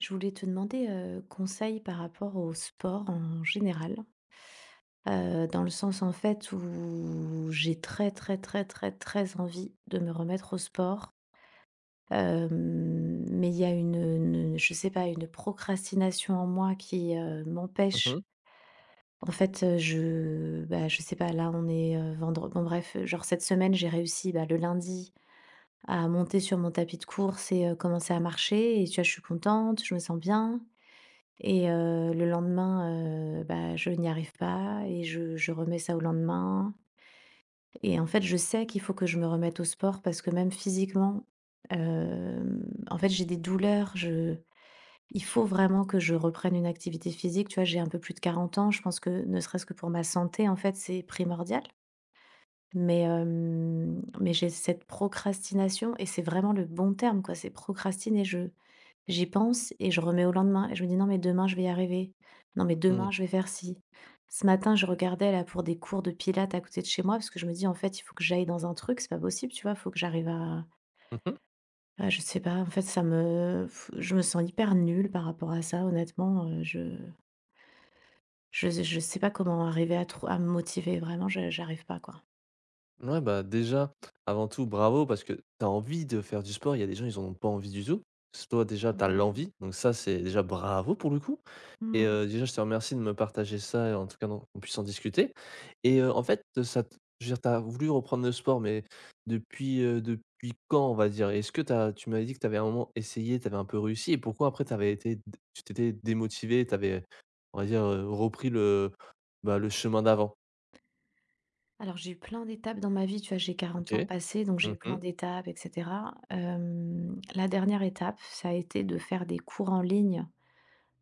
Je voulais te demander, conseil par rapport au sport en général, dans le sens, en fait, où j'ai très, très, très, très, très envie de me remettre au sport, mais il y a une je sais pas, une procrastination en moi qui, Mmh mh. m'empêche. En fait, je bah, je sais pas, là, on est, vendre bon bref, genre cette semaine, j'ai réussi, bah, le lundi à monter sur mon tapis de course et commencer à marcher et tu vois, je suis contente, je me sens bien. Et le lendemain, je n'y arrive pas et je remets ça au lendemain et en fait, je sais qu'il faut que je me remette au sport parce que même physiquement, en fait, j'ai des douleurs. Je il faut vraiment que je reprenne une activité physique, tu vois? J'ai un peu plus de 40 ans. Je pense que ne serait-ce que pour ma santé, en fait, c'est primordial. Mais j'ai cette procrastination et c'est vraiment le bon terme, quoi. C'est procrastiner. Je J'y pense et je remets au lendemain et je me dis: «Non, mais demain, je vais y arriver. Non, mais demain, Mmh. je vais faire ci». Ce matin, je regardais là pour des cours de pilates à côté de chez moi parce que je me dis: «En fait, il faut que j'aille dans un truc, c'est pas possible, tu vois? Il faut que j'arrive Mmh mh. à je sais pas, en fait, je me sens hyper nulle par rapport à ça, honnêtement, je sais pas comment arriver à me motiver, vraiment, je j'arrive pas, quoi. Ouais, bah, déjà, avant tout, bravo parce que tu as envie de faire du sport. Il y a des gens, ils en ont pas envie du tout. S Toi, déjà, tu as Ouais, l'envie, donc ça, c'est déjà bravo pour le coup et mmh. Déjà, je te remercie de me partager ça et en tout cas, non qu'on puisse en discuter et en fait, ça t je veux dire, tu as voulu reprendre le sport, mais depuis quand, on va dire? Est-ce que tu m'avais dit que tu avais à un moment essayé, tu avais un peu réussi et pourquoi après tu t'étais démotivée, tu avais, on va dire, repris bah, le chemin d'avant? Alors, j'ai eu plein d'étapes dans ma vie, tu vois? J'ai quarante ans OK. passés, donc j'ai Mmh eu plein mh. d'étapes, et cetera. La dernière étape, ça a été de faire des cours en ligne,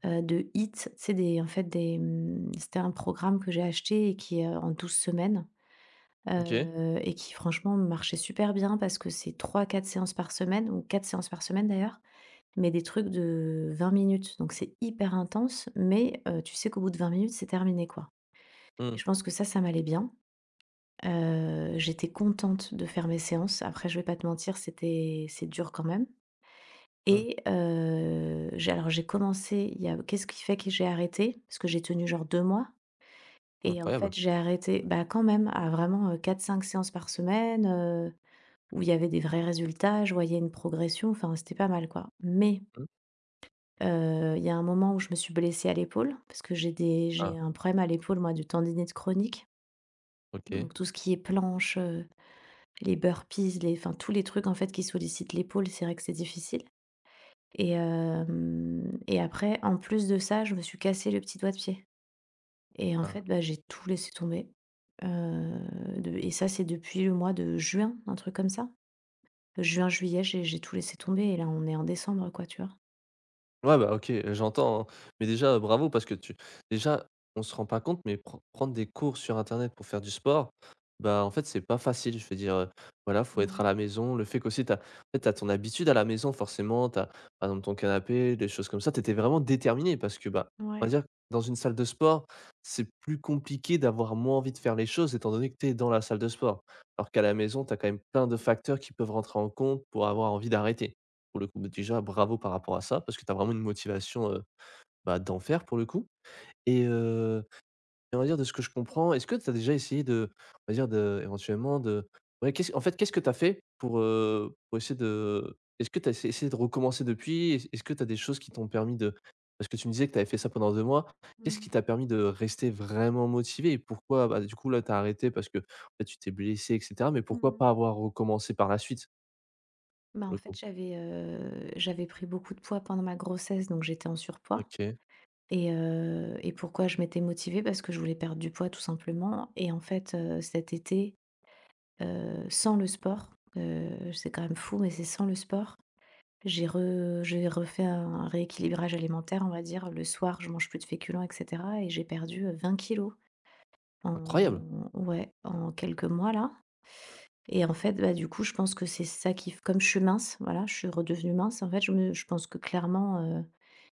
de HIIT. C'est des en fait, c'était un programme que j'ai acheté et qui est, en 12 semaines. OK. Mmh. Et qui franchement marchait super bien parce que c'est 3, 4 séances par semaine ou 4 séances par semaine d'ailleurs, mais des trucs de 20 minutes. Donc c'est hyper intense, mais tu sais qu'au bout de 20 minutes, c'est terminé, quoi, Mmh. et je pense que ça m'allait bien. J'étais contente de faire mes séances. Après, je vais pas te mentir, c'est dur quand même Mmh. et j'ai alors j'ai commencé il y a qu'est-ce qui fait que j'ai arrêté? Parce que j'ai tenu genre 2 mois et en fait, Incroyable. j'ai arrêté, bah, quand même à vraiment, 4 5 séances par semaine, où il y avait des vrais résultats. Je voyais une progression, enfin, c'était pas mal, quoi. Mais, Mmh. Il y a un moment où je me suis blessée à l'épaule parce que j'ai des Ah, j'ai un problème à l'épaule, moi, du tendinite chronique. OK. Donc tout ce qui est planche, les burpees, les enfin tous les trucs en fait qui sollicitent l'épaule, c'est vrai que c'est difficile et hem et après en plus de ça, je me suis cassé le petit doigt de pied et en Ah. fait, bah, j'ai tout laissé tomber, heu, de et ça, c'est depuis le mois de juin, un truc comme ça. Juin-juillet, j'ai tout laissé tomber et là, on est en décembre quoi, tu vois? Ouais, bah, OK, j'entends, hein. Mais déjà, bravo parce que tu déjà, on se rend pas compte, mais prendre des cours sur internet pour faire du sport, bah, en fait, c'est pas facile. Je veux dire, voilà, faut être à Ouais, la maison. Le fait qu'aussi t'as as en fait, tu ton habitude à la maison forcément, t'as as par exemple ton canapé, des choses comme ça. T'étais vraiment déterminé parce que, bah, on va ouais. dire dans une salle de sport, c'est plus compliqué d'avoir moins envie de faire les choses étant donné que t'es dans la salle de sport. Alors qu'à la maison, t'as quand même plein de facteurs qui peuvent rentrer en compte pour avoir envie d'arrêter pour le coup. Bah, déjà, bravo par rapport à ça, parce que tu as vraiment une motivation, bah, d'en faire pour le coup et on va dire de ce que je comprends, est-ce que tu as déjà essayé de on va dire de éventuellement de ouais, qu'est-ce en fait, qu'est-ce que tu as fait pour essayer de est-ce que tu as essayé de recommencer depuis? Est-ce que tu as des choses qui t'ont permis de parce que tu me disais que tu avais fait ça pendant 2 mois. Mmh Qu'est-ce qui mh. t'a permis de rester vraiment motivé et pourquoi, bah, du coup, là, tu as arrêté parce que, bah, tu t'es blessé et cetera, mais pourquoi Mmh. pas avoir recommencé par la suite, Bah, pour en le fait, coup? j'avais pris beaucoup de poids pendant ma grossesse, donc j'étais en surpoids. OK, Et pourquoi je m'étais motivée? Parce que je voulais perdre du poids tout simplement et en fait, cet été, sans le sport, c'est quand même fou, mais c'est sans le sport, j'ai refait un rééquilibrage alimentaire, on va dire. Le soir, je mange plus de féculents et cetera et j'ai perdu, 20 kilos incroyable! en ouais, en quelques mois là. Et en fait, bah, du coup, je pense que c'est ça qui f comme je suis mince, voilà, je suis redevenue mince, en fait, je pense que clairement,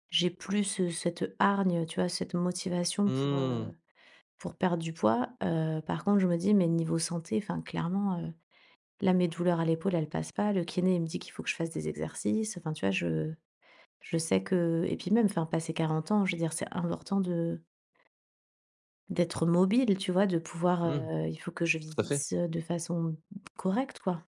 j'ai plus, cette hargne, tu vois? Cette motivation pour, Mmh. heu Pour perdre du poids, par contre, je me dis: «Mais niveau santé, enfin clairement, là mes douleurs à l'épaule, elles passent pas, le kiné il me dit qu'il faut que je fasse des exercices», enfin, tu vois? Je sais que et puis même, enfin, passer 40 ans, je veux dire, c'est important de d'être mobile, tu vois? De pouvoir, Mmh, heu, il faut que je tout à fait. vieillisse, de façon correcte, quoi.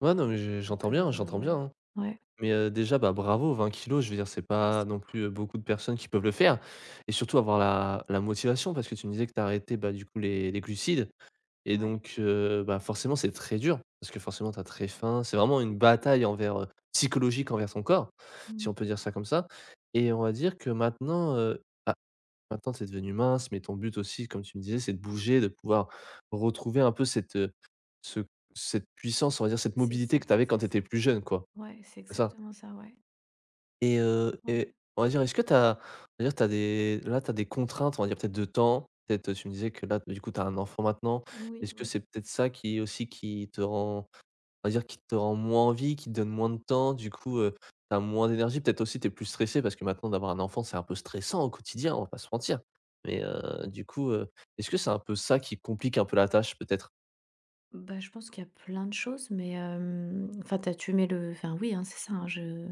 Ouais, non, mais je Donc, j'entends bien, ouais, hein. ouais, Mais, déjà, bah, bravo, 20 kilos, je veux dire, c'est pas merci non beaucoup. plus, beaucoup de personnes qui peuvent le faire et surtout avoir la motivation parce que tu me disais que tu as arrêté, bah, du coup, les glucides et Ouais, donc, bah, forcément, c'est très dur parce que forcément, tu as très faim. C'est vraiment une bataille psychologique envers ton corps, si mmh on peut dire ça comme ça et on va dire que maintenant, c'est devenu mince, mais ton but aussi, comme tu me disais, c'est de bouger, de pouvoir retrouver un peu cette, ce cette puissance, on va dire, cette c'est mobilité ça, que tu avais quand c'est tu ça. étais plus jeune, quoi, Ouais, c'est c'est ça? exactement ça, ouais, Et ouais, on va dire, est-ce que tu on va dire, tu as des là, tu as des contraintes, on va dire, peut-être de temps, peut-être, tu me disais que là, du coup, tu as un enfant maintenant. oui, Est-ce que oui. c'est peut-être ça qui aussi qui te rend on va dire, qui te rend moins envie, qui te donne moins de temps, du coup, tu moins d'énergie. Peut-être aussi, t'es plus stressé parce que maintenant d'avoir un enfant, c'est un peu stressant au quotidien, on va pas se mentir. Mais, du coup, est-ce que c'est un peu ça qui complique un peu la tâche peut-être? Bah, je pense qu'il y a plein de choses, mais enfin, t'as as tu mets le enfin, oui, hein, c'est ça, hein, je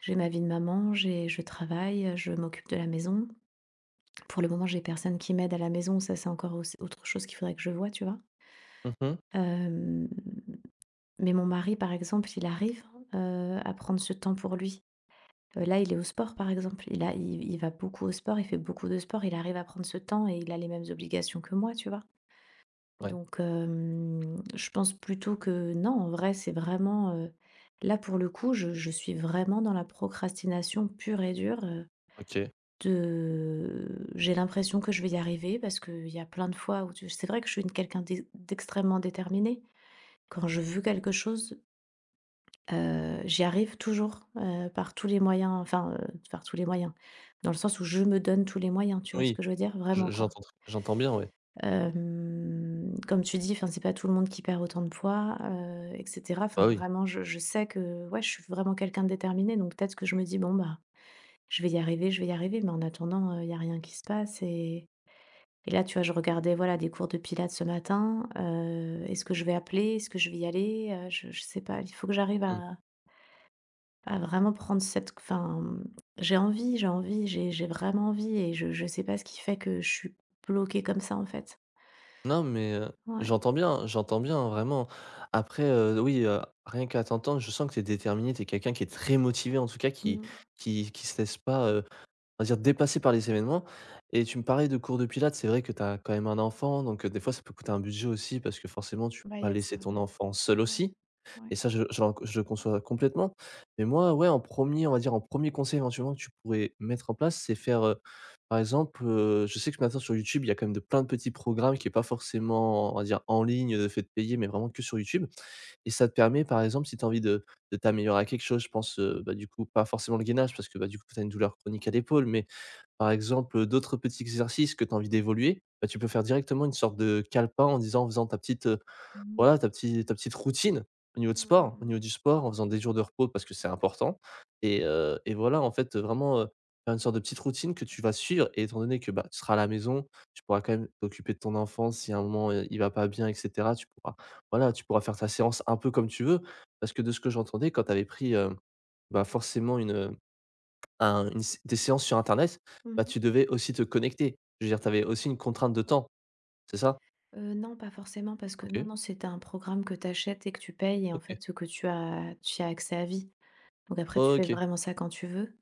j'ai ma vie de maman, j'ai je travaille, je m'occupe de la maison. Pour le moment, j'ai personne qui m'aide à la maison, ça, c'est encore auss autre chose qu'il faudrait que je vois, tu vois? Mmh. Hem, mais mon mari, par exemple, il arrive, à prendre ce temps pour lui. Là, il est au sport, par exemple, il a il il va beaucoup au sport, il fait beaucoup de sport, il arrive à prendre ce temps et il a les mêmes obligations que moi, tu vois? Ouais, Donc, je pense plutôt que non, en vrai, c'est vraiment, là, pour le coup, je suis vraiment dans la procrastination pure et dure, OK. de j'ai l'impression que je vais y arriver parce qu'il y a plein de fois où tu c'est vrai que je suis une quelqu'un d'extrêmement déterminé. Quand je veux quelque chose, j'y arrive toujours, par tous les moyens, enfin, par tous les moyens, dans le sens où je me donne tous les moyens, tu vois ce Oui, que je veux dire? je Vraiment, quoi. j'entends tr j'entends bien, ouais. Comme tu dis, enfin, c'est pas tout le monde qui perd autant de poids, et cetera. Enfin, Bah, oui. vraiment, je sais que, ouais, je suis vraiment quelqu'un de déterminé, donc peut-être que je me dis: «Bon, bah, je vais y arriver, je vais y arriver», mais en attendant, il y a rien qui se passe et là, tu vois, je regardais, voilà, des cours de pilates ce matin, est-ce que je vais appeler? Est-ce que je vais y aller? Je sais pas, il faut que j'arrive Mmh. À vraiment prendre j'ai envie j'ai envie, j'ai vraiment envie et je sais pas ce qui fait que je suis bloquée comme ça, en fait. Non, mais, Ouais. J'entends bien vraiment. Après, oui, rien qu'à t'entendre, je sens que tu es déterminé, tu es quelqu'un qui est très motivé en tout cas, qui Mmh. qui qui se laisse pas, on va dire dépassé par les événements et tu me parlais de cours de pilates, c'est vrai que tu as quand même un enfant, donc des fois ça peut coûter un budget aussi parce que forcément tu peux Bah, il pas y a ça, laisser ton ouais. enfant seul Ouais, aussi et ouais. ça je le conçois complètement. Mais moi, ouais, en premier on va dire en premier conseil éventuellement que tu pourrais mettre en place, c'est faire, par exemple, je sais que maintenant sur YouTube, il y a quand même de plein de petits programmes qui est pas forcément, on va dire en ligne, de fait de payer, mais vraiment que sur YouTube et ça te permet par exemple si tu as envie de t'améliorer à quelque chose, je pense, bah, du coup pas forcément le gainage parce que, bah, du coup tu as une douleur chronique à l'épaule, mais par exemple, d'autres petits exercices que tu as envie d'évoluer, bah, tu peux faire directement une sorte de calepin en faisant ta petite, Mmh mh. voilà, ta petite routine Mmh, au mmh. niveau du sport, en faisant des jours de repos parce que c'est important et voilà, en fait, vraiment, faire une sorte de petite routine que tu vas suivre et étant donné que, bah, tu seras à la maison, tu pourras quand même t'occuper de ton enfant si à un moment, Ouais, il ouais. va pas bien et cetera. Tu pourras, voilà, tu pourras faire ta séance un peu comme tu veux parce que de ce que j'entendais quand tu avais pris, bah, forcément une, un une s des séances sur internet, Mmh bah, mh. tu devais aussi te connecter. Je veux dire, tu avais aussi une contrainte de temps, c'est ça? Non, pas forcément parce que non, OK, non, c'est un programme que tu achètes et que tu payes et en OK, fait, que tu as tu y as accès à vie. Donc après, tu fais OK. vraiment ça quand tu veux.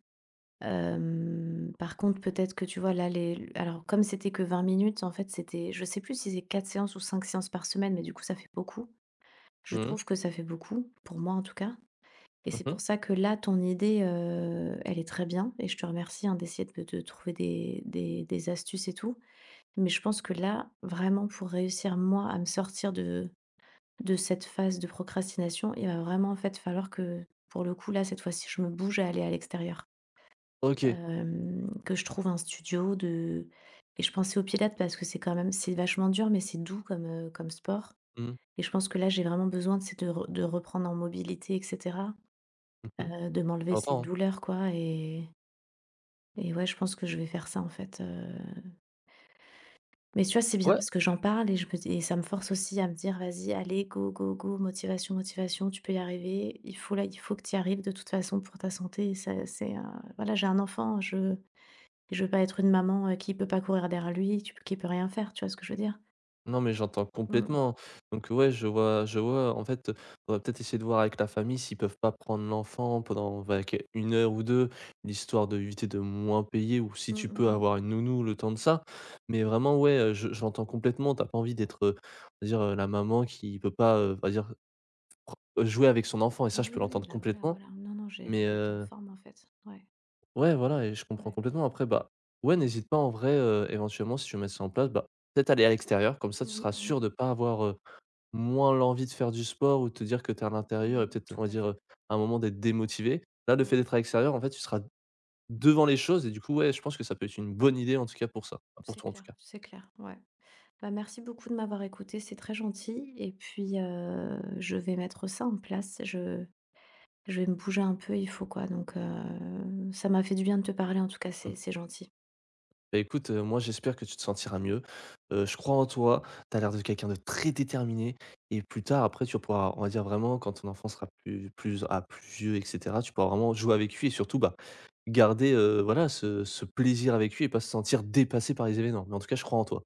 Par contre, peut-être que tu vois là les alors comme c'était que 20 minutes, en fait, c'était je sais plus si c'est 4 séances ou 5 séances par semaine, mais du coup, ça fait beaucoup. Je Mmh mh. trouve que ça fait beaucoup, pour moi en tout cas. Et c'est Mmh. pour ça que là, ton idée, elle est très bien et je te remercie, hein, d'essayer de trouver des astuces et tout. Mais je pense que là, vraiment pour réussir, moi, à me sortir de cette phase de procrastination, il va vraiment, en fait, falloir que, pour le coup, là, cette fois-ci, je me bouge à aller à l'extérieur. OK. Que je trouve un studio de et je pensais au pilates parce que c'est quand même c'est vachement dur, mais c'est doux comme, comme sport Mmh mh. et je pense que là, j'ai vraiment besoin, tu sais, de reprendre en mobilité et cetera. Mmh. De m'enlever ces J'entends, hein. douleurs, quoi, et ouais, je pense que je vais faire ça en fait. Mais tu vois, c'est bien Ouais, parce que j'en parle et je me et ça me force aussi à me dire: «Vas-y, allez, go, go, go, motivation, motivation, tu peux y arriver, il faut que tu y arrives de toute façon pour ta santé» et ça c'est, voilà, j'ai un enfant, je veux pas être une maman, qui peut pas courir derrière lui, tu qui peut rien faire, tu vois ce que je veux dire? non, mais j'entends Mmh. complètement. Donc ouais, je vois je vois. En fait, on va peut-être essayer de voir avec la famille s'ils peuvent pas prendre l'enfant pendant va qu une heure ou 2, l'histoire d'éviter de moins payer ou si Mmh, tu mmh, peux mmh. avoir une nounou le temps de ça. Mais vraiment, ouais, je l'entends complètement. T'as pas envie d'être, on va dire, la maman qui peut pas, on va dire jouer avec son enfant et ça, je peux Oui, oui, l'entendre bah, voilà, complètement. voilà. Non, non, j'ai Mais, envie d'être en forme en fait. Ouais, ouais, voilà et je comprends ouais. complètement. Après, bah, ouais, n'hésite pas en vrai, éventuellement, si tu veux mettre ça en place, bah, peut-être aller à l'extérieur, comme ça, tu Oui, seras oui, sûr de pas avoir, moins l'envie de faire du sport ou de te dire que tu es à l'intérieur et oui, peut-être, on tout va à dire, fait. À un moment d'être démotivé. Là, le fait Ouais. d'être à l'extérieur, en fait, tu seras devant les choses et du coup, ouais, je pense que ça peut être une bonne idée en tout cas pour ça, pour toi en tout cas. C'est clair, ouais. Bah, merci beaucoup de m'avoir écouté, c'est très gentil. Et puis, je vais mettre ça en place. Je vais me bouger un peu, il faut quoi. Donc, ça m'a fait du bien de te parler en tout cas, c'est gentil. Bah, écoute, moi j'espère que tu te sentiras mieux. Je crois en toi, tu as l'air de quelqu'un de très déterminé et plus tard après tu pourras, on va dire vraiment quand ton enfant sera plus vieux et cetera, tu pourras vraiment jouer avec lui et surtout, bah, garder, voilà ce plaisir avec lui et pas se sentir dépassé par les événements. Mais en tout cas, je crois en toi.